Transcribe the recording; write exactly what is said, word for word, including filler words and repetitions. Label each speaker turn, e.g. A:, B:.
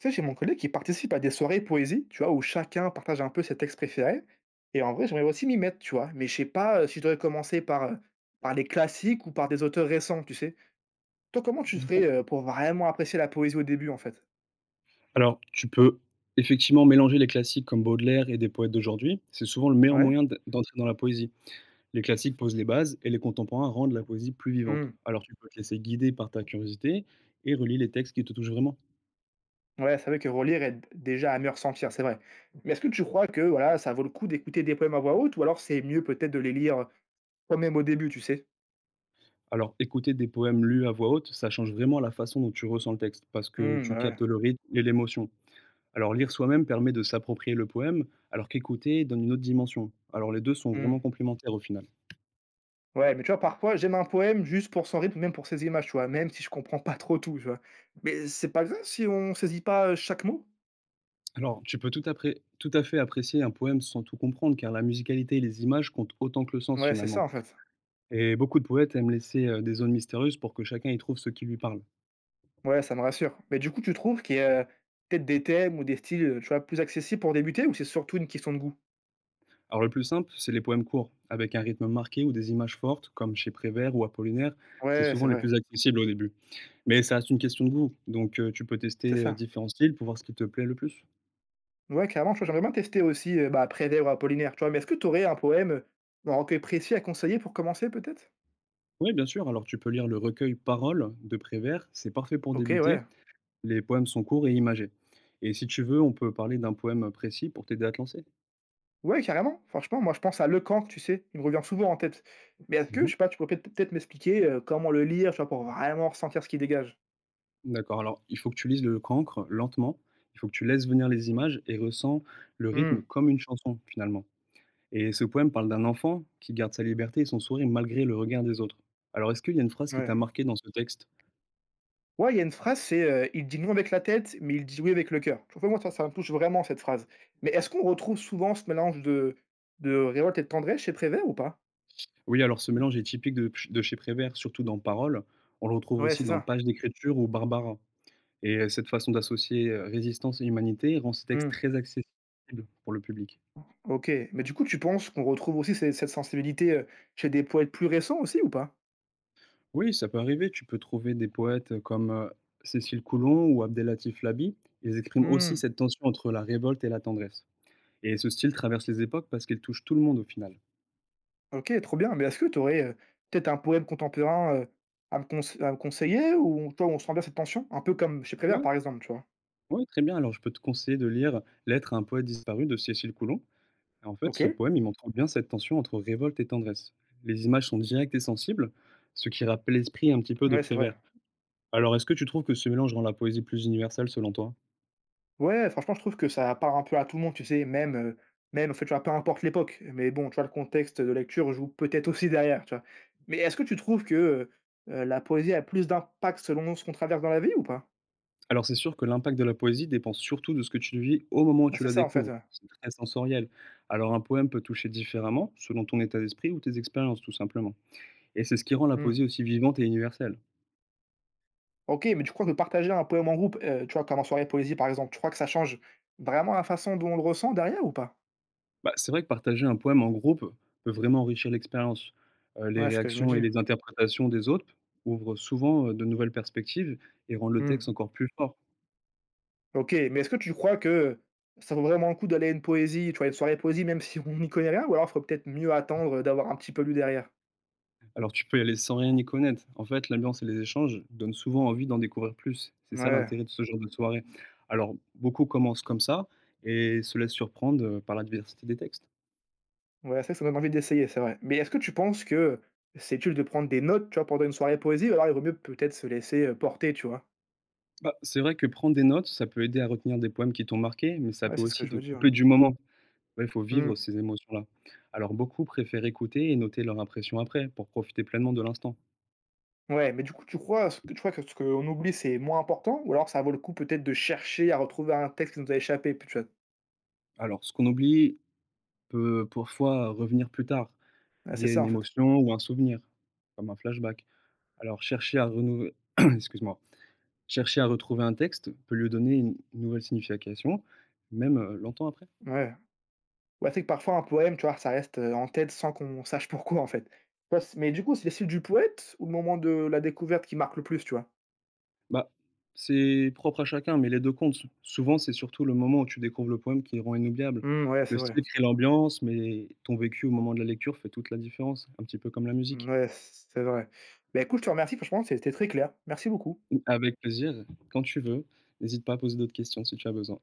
A: Tu sais, j'ai mon collègue qui participe à des soirées poésie, tu vois, où chacun partage un peu ses textes préférés. Et en vrai, j'aimerais aussi m'y mettre, tu vois. Mais je sais pas euh, si je devrais commencer par, euh, par les classiques ou par des auteurs récents, tu sais. Toi, comment tu ferais
B: D'accord.
A: euh, pour vraiment apprécier la poésie au début, en fait?
B: Alors, tu peux effectivement mélanger les classiques comme Baudelaire et des poètes d'aujourd'hui. C'est souvent le meilleur
A: Ouais.
B: moyen d- d'entrer dans la poésie. Les classiques posent les bases et les contemporains rendent la poésie plus vivante.
A: Hmm.
B: Alors, tu peux te laisser guider par ta curiosité et relier les textes qui te touchent vraiment.
A: Ouais, c'est vrai que relire aide déjà à mieux ressentir, c'est vrai. Mais est-ce que tu crois que voilà, ça vaut le coup d'écouter des poèmes à voix haute, ou alors c'est mieux peut-être de les lire euh, toi-même au début, tu sais?
B: Alors, écouter des poèmes lus à voix haute, ça change vraiment la façon dont tu ressens le texte parce que
A: Hmm,
B: tu captes
A: bah
B: le rythme et l'émotion. Alors, lire soi-même permet de s'approprier le poème, alors qu'écouter donne une autre dimension. Alors, les deux sont vraiment
A: ouais.
B: complémentaires au final.
A: Ouais, mais tu vois, parfois, j'aime un poème juste pour son rythme, même pour ses images, tu vois, même si je comprends pas trop tout, tu vois? Mais c'est pas grave si on saisit pas, heu, chaque mot?
B: Alors, tu peux tout, appré- tout à fait apprécier un poème sans tout comprendre, car la musicalité et les images comptent autant que le sens
A: Ouais, c'est ça,
B: finalement.
A: en fait.
B: Et beaucoup de poètes aiment laisser euh, des zones mystérieuses pour que chacun y trouve ce qui lui parle.
A: Ouais, ça me rassure. Mais du coup, tu trouves qu'il y a peut-être des thèmes ou des styles, heu, tu vois, plus accessibles pour débuter ou c'est surtout une question de goût?
B: Alors le plus simple, c'est les poèmes courts, avec un rythme marqué ou des images fortes, comme chez Prévert ou Apollinaire, c'est
A: Ouais,
B: souvent
A: c'est
B: les
A: vrai,
B: plus accessibles au début. Mais ça reste une question de goût, donc euh, tu peux
A: c'est
B: tester euh,
A: ça.
B: différents styles pour voir ce qui te plaît le plus.
A: Ouais, clairement, tu vois, j'aimerais bien tester aussi, heu, bah, Prévert ou Apollinaire, tu vois? Mais est-ce que tu aurais un poème, heu, ou un recueil précis à conseiller pour commencer peut-être?
B: Oui, bien sûr, alors tu peux lire le recueil Paroles de Prévert, c'est parfait pour
A: OK,
B: débuter.
A: ouais.
B: Les poèmes sont courts et imagés. Et si tu veux, on peut parler d'un poème précis pour t'aider à te lancer.
A: Ouais, carrément, franchement, moi je pense à Lecanque, tu sais? Il me revient souvent en tête. Mais est-ce que,
B: Mhm.
A: je sais pas, tu pourrais peut-être peut-être m'expliquer, heu, comment le lire, tu vois, pour vraiment ressentir ce qu'il dégage?
B: D'accord, alors il faut que tu lises le cancre lentement, il faut que tu laisses venir les images et ressens le
A: Mmh,
B: rythme comme une chanson finalement. Et ce poème parle d'un enfant qui garde sa liberté et son sourire malgré le regard des autres. Alors est-ce qu'il y a une phrase qui t'a
A: ouais.
B: marqué dans ce texte?
A: Ouais, il y a une phrase, c'est, heu: «Il dit non avec la tête, mais il dit oui avec le cœur». Je trouve que moi ça ça me touche vraiment cette phrase. Mais est-ce qu'on retrouve souvent ce mélange de de révolte et de tendresse chez Prévert ou pas?
B: Oui, alors ce mélange est typique de, de chez Prévert, surtout dans Paroles. On le retrouve
A: Ouais,
B: aussi
A: c'est
B: dans
A: ça.
B: Pages d'écriture ou Barbara. Et euh, cette façon d'associer euh, résistance et humanité rend ce texte
A: Mmh,
B: très accessible pour le public.
A: OK. Mais du coup, tu penses qu'on retrouve aussi ces cette sensibilité, heu, chez des poètes plus récents aussi ou pas?
B: Oui, ça peut arriver. Tu peux trouver des poètes, comme, heu, Cécile Coulon ou Abdelatif Labi. Ils expriment aussi
A: Mmh.
B: cette tension entre la révolte et la tendresse. Et ce style traverse les époques parce qu'il touche tout le monde au final.
A: OK, trop bien. Mais est-ce que tu aurais, peut-être un poème contemporain, heu, à me conse à me conseiller où, tu vois, on sent bien cette tension? Un peu comme chez Prévert,
B: Ouais,
A: par exemple, tu vois?
B: ouais, très bien. Alors je peux te conseiller de lire «Lettre à un poète disparu» de Cécile Coulon. En fait, ce
A: OK.
B: poème, il montre bien cette tension entre révolte et tendresse. Les images sont directes et sensibles, ce qui rappelle l'esprit un petit peu de
A: Ouais, c'est vrai.
B: Prévert. Alors, est-ce que tu trouves que ce mélange rend la poésie plus universelle, selon toi?
A: Ouais, franchement, je trouve que ça parle un peu à tout le monde, tu sais? Même, heu, même en fait, tu vois, peu importe l'époque. Mais bon, tu vois, le contexte de lecture joue peut-être aussi derrière, tu vois? Mais est-ce que tu trouves que, heu la poésie a plus d'impact selon ce qu'on traverse dans la vie ou pas?
B: Alors, c'est sûr que l'impact de la poésie dépend surtout de ce que tu vis au moment où
A: Bah,
B: tu
A: c'est
B: la
A: ça, en fait,
B: découvres.
A: ouais.
B: C'est très sensoriel. Alors, un poème peut toucher différemment selon ton état d'esprit ou tes expériences, tout simplement. Et c'est ce qui rend la
A: Mmh.
B: poésie aussi vivante et universelle.
A: OK, mais tu crois que partager un poème en groupe, heu, tu vois, comme en soirée poésie, par exemple, tu crois que ça change vraiment la façon dont on le ressent derrière ou pas?
B: Bah, c'est vrai que partager un poème en groupe peut vraiment enrichir l'expérience. Heu, les
A: Ouais, c'est ce que je me
B: réactions et
A: dis.
B: les interprétations des autres ouvrent souvent, heu, de nouvelles perspectives et rendent le
A: Mmh.
B: texte encore plus fort.
A: OK, mais est-ce que tu crois que ça vaut vraiment le coup d'aller à une poésie, tu vois, une soirée poésie, même si on n'y connaît rien? Ou alors il faut peut-être mieux attendre d'avoir un petit peu lu derrière?
B: Alors tu peux y aller sans rien y connaître. En fait, l'ambiance et les échanges donnent souvent envie d'en découvrir plus. C'est ça
A: Ouais,
B: l'intérêt de ce genre de soirée. Alors beaucoup commencent comme ça et se laissent surprendre, heu, par la diversité des textes.
A: ouais, c'est vrai que ça donne envie d'essayer, c'est vrai. Mais est-ce que tu penses que c'est utile de prendre des notes, tu vois, pendant une soirée poésie? Ou alors il vaut mieux peut-être se laisser, heu, porter, tu vois?
B: Bah, c'est vrai que prendre des notes, ça peut aider à retenir des poèmes qui t'ont marqué, mais ça
A: Ouais,
B: peut
A: c'est ce que
B: aussi
A: je
B: te
A: me dis,
B: couper
A: ouais.
B: du moment. Ouais, il faut vivre
A: Mmh.
B: ces émotions-là. Alors beaucoup préfèrent écouter et noter leur impression après, pour profiter pleinement de l'instant.
A: Ouais, mais du coup, tu crois ce que tu crois que ce qu'on oublie, c'est moins important? Ou alors ça vaut le coup peut-être de chercher à retrouver un texte qui nous a échappé, puis tu vois?
B: Alors ce qu'on oublie peut parfois revenir plus tard,
A: Ouais, c'est
B: lié à
A: ça,
B: une
A: en fait.
B: émotion ou un souvenir, comme un flashback. Alors chercher à renou excuse-moi, chercher à retrouver un texte peut lui donner une nouvelle signification, même, heu, longtemps après.
A: Ouais. Ouais, c'est que parfois un poème, tu vois, ça reste, heu, en tête sans qu'on sache pourquoi, en fait. Tu vois, c mais du coup, c'est le style du poète ou le moment de la découverte qui marque le plus, tu vois?
B: Bah, c'est propre à chacun, mais les deux comptent. Souvent, c'est surtout le moment où tu découvres le poème qui rend inoubliable.
A: Mmh, ouais,
B: Le
A: c'est vrai.
B: style crée l'ambiance, mais ton vécu au moment de la lecture fait toute la différence, un petit peu comme la musique.
A: ouais c'est vrai. Bah, écoute, je te remercie, franchement, c'était très clair. Merci beaucoup.
B: Avec plaisir, quand tu veux. N'hésite pas à poser d'autres questions si tu as besoin.